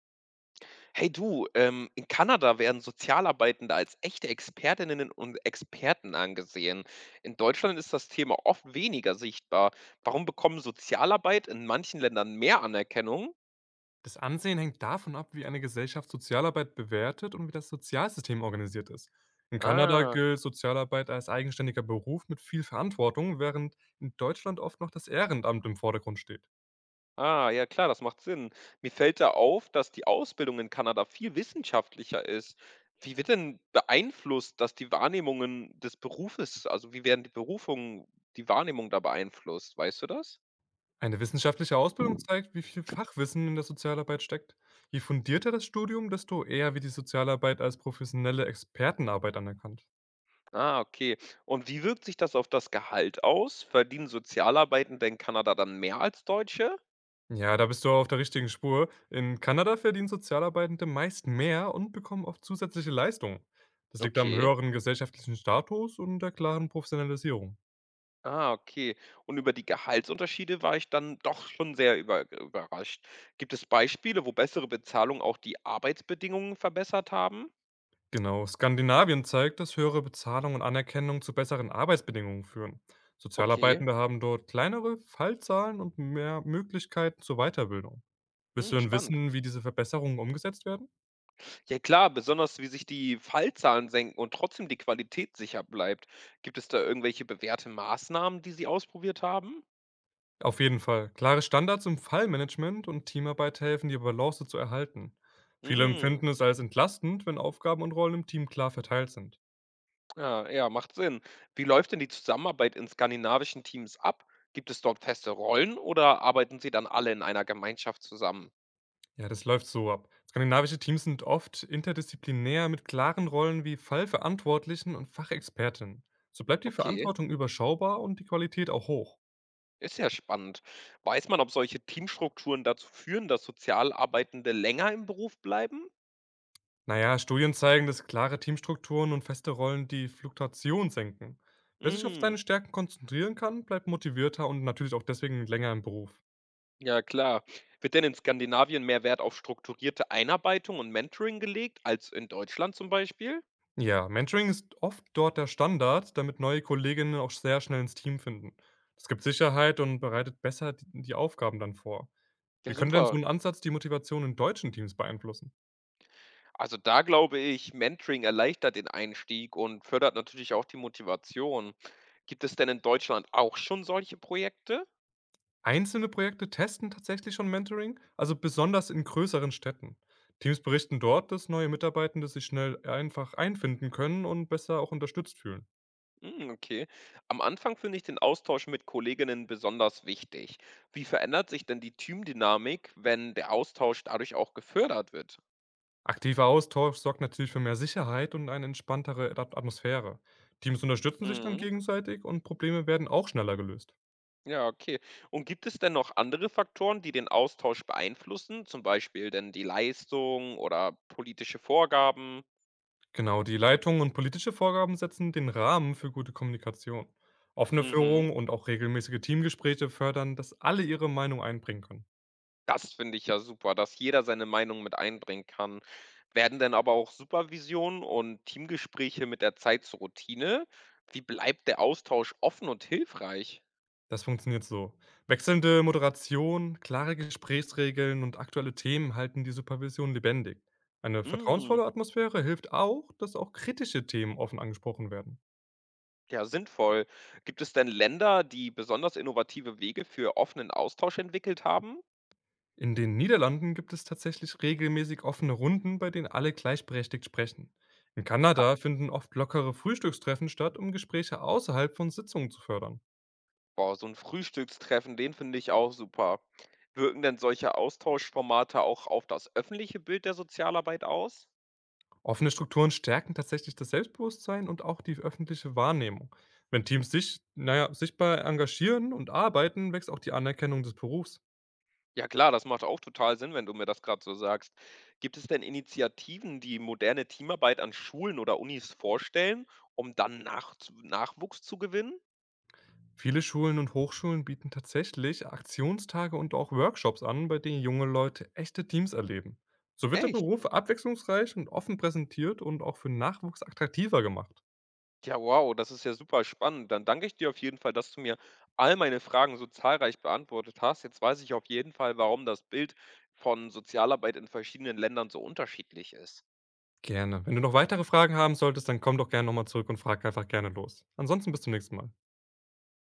Hey du, in Kanada werden Sozialarbeitende als echte Expertinnen und Experten angesehen. In Deutschland ist das Thema oft weniger sichtbar. Warum bekommen Sozialarbeit in manchen Ländern mehr Anerkennung? Das Ansehen hängt davon ab, wie eine Gesellschaft Sozialarbeit bewertet und wie das Sozialsystem organisiert ist. In Kanada Ah, gilt Sozialarbeit als eigenständiger Beruf mit viel Verantwortung, während in Deutschland oft noch das Ehrenamt im Vordergrund steht. Ja klar, das macht Sinn. Mir fällt da auf, dass die Ausbildung in Kanada viel wissenschaftlicher ist. Wie wird denn beeinflusst, dass die Wahrnehmungen des Berufes, also wie werden die Berufungen, die Wahrnehmung da beeinflusst? Weißt du das? Eine wissenschaftliche Ausbildung zeigt, wie viel Fachwissen in der Sozialarbeit steckt. Je fundierter das Studium, desto eher wird die Sozialarbeit als professionelle Expertenarbeit anerkannt. Ah, okay. Und wie wirkt sich das auf das Gehalt aus? Verdienen Sozialarbeitende in Kanada dann mehr als Deutsche? Ja, da bist du auf der richtigen Spur. In Kanada verdienen Sozialarbeitende meist mehr und bekommen oft zusätzliche Leistungen. Das liegt am Okay. höheren gesellschaftlichen Status und der klaren Professionalisierung. Ah, okay. Und über die Gehaltsunterschiede war ich dann doch schon sehr überrascht. Gibt es Beispiele, wo bessere Bezahlung auch die Arbeitsbedingungen verbessert haben? Genau, Skandinavien zeigt, dass höhere Bezahlung und Anerkennung zu besseren Arbeitsbedingungen führen. Okay. Sozialarbeitende haben dort kleinere Fallzahlen und mehr Möglichkeiten zur Weiterbildung. Willst du Hm, denn spannend. wissen, wie diese Verbesserungen umgesetzt werden? Ja klar, besonders wie sich die Fallzahlen senken und trotzdem die Qualität sicher bleibt. Gibt es da irgendwelche bewährte Maßnahmen, die Sie ausprobiert haben? Auf jeden Fall. Klare Standards im Fallmanagement und Teamarbeit helfen, die Balance zu erhalten. Viele empfinden es als entlastend, wenn Aufgaben und Rollen im Team klar verteilt sind. Ja, ja, macht Sinn. Wie läuft denn die Zusammenarbeit in skandinavischen Teams ab? Gibt es dort feste Rollen oder arbeiten sie dann alle in einer Gemeinschaft zusammen? Ja, das läuft so ab. Skandinavische Teams sind oft interdisziplinär mit klaren Rollen wie Fallverantwortlichen und Fachexpertinnen. So bleibt die Okay, Verantwortung überschaubar und die Qualität auch hoch. ist ja spannend. Weiß man, ob solche Teamstrukturen dazu führen, dass Sozialarbeitende länger im Beruf bleiben? Naja, Studien zeigen, dass klare Teamstrukturen und feste Rollen die Fluktuation senken. Wer sich auf Mm, seine Stärken konzentrieren kann, bleibt motivierter und natürlich auch deswegen länger im Beruf. ja, klar. Wird denn in Skandinavien mehr Wert auf strukturierte Einarbeitung und Mentoring gelegt als in Deutschland zum Beispiel? Ja, Mentoring ist oft dort der Standard, damit neue Kolleginnen auch sehr schnell ins Team finden. Das gibt Sicherheit und bereitet besser die Aufgaben dann vor. Ja, Wie könnte denn so super. ein Ansatz die Motivation in deutschen Teams beeinflussen? Also, da glaube ich, Mentoring erleichtert den Einstieg und fördert natürlich auch die Motivation. Gibt es denn in Deutschland auch schon solche Projekte? Einzelne Projekte testen tatsächlich schon Mentoring, also besonders in größeren Städten. Teams berichten dort, dass neue Mitarbeitende sich schnell einfach einfinden können und besser auch unterstützt fühlen. Hm, okay. Am Anfang finde ich den Austausch mit Kolleginnen besonders wichtig. Wie verändert sich denn die Teamdynamik, wenn der Austausch dadurch auch gefördert wird? Aktiver Austausch sorgt natürlich für mehr Sicherheit und eine entspanntere Atmosphäre. Teams unterstützen sich dann Mhm. gegenseitig und Probleme werden auch schneller gelöst. Ja, okay. Und gibt es denn noch andere Faktoren, die den Austausch beeinflussen, zum Beispiel denn die Leistung oder politische Vorgaben? Genau, die Leitung und politische Vorgaben setzen den Rahmen für gute Kommunikation. Offene Mhm. Führung und auch regelmäßige Teamgespräche fördern, dass alle ihre Meinung einbringen können. Das finde ich ja super, dass jeder seine Meinung mit einbringen kann. Werden denn aber auch Supervision und Teamgespräche mit der Zeit zur Routine? Wie bleibt der Austausch offen und hilfreich? Das funktioniert so. Wechselnde Moderation, klare Gesprächsregeln und aktuelle Themen halten die Supervision lebendig. Eine Hm, vertrauensvolle Atmosphäre hilft auch, dass auch kritische Themen offen angesprochen werden. ja, sinnvoll. Gibt es denn Länder, die besonders innovative Wege für offenen Austausch entwickelt haben? In den Niederlanden gibt es tatsächlich regelmäßig offene Runden, bei denen alle gleichberechtigt sprechen. In Ha, Kanada finden oft lockere Frühstückstreffen statt, um Gespräche außerhalb von Sitzungen zu fördern. boah, so ein Frühstückstreffen, den finde ich auch super. Wirken denn solche Austauschformate auch auf das öffentliche Bild der Sozialarbeit aus? Offene Strukturen stärken tatsächlich das Selbstbewusstsein und auch die öffentliche Wahrnehmung. Wenn Teams sich, naja, sichtbar engagieren und arbeiten, wächst auch die Anerkennung des Berufs. Ja klar, das macht auch total Sinn, wenn du mir das gerade so sagst. Gibt es denn Initiativen, die moderne Teamarbeit an Schulen oder Unis vorstellen, um dann Nachwuchs zu gewinnen? Viele Schulen und Hochschulen bieten tatsächlich Aktionstage und auch Workshops an, bei denen junge Leute echte Teams erleben. So wird der Echt? Beruf abwechslungsreich und offen präsentiert und auch für Nachwuchs attraktiver gemacht. Ja, wow, das ist ja super spannend. Dann danke ich dir auf jeden Fall, dass du mir all meine Fragen so zahlreich beantwortet hast. Jetzt weiß ich auf jeden Fall, warum das Bild von Sozialarbeit in verschiedenen Ländern so unterschiedlich ist. Gerne. Wenn du noch weitere Fragen haben solltest, dann komm doch gerne nochmal zurück und frag einfach gerne los. Ansonsten bis zum nächsten Mal.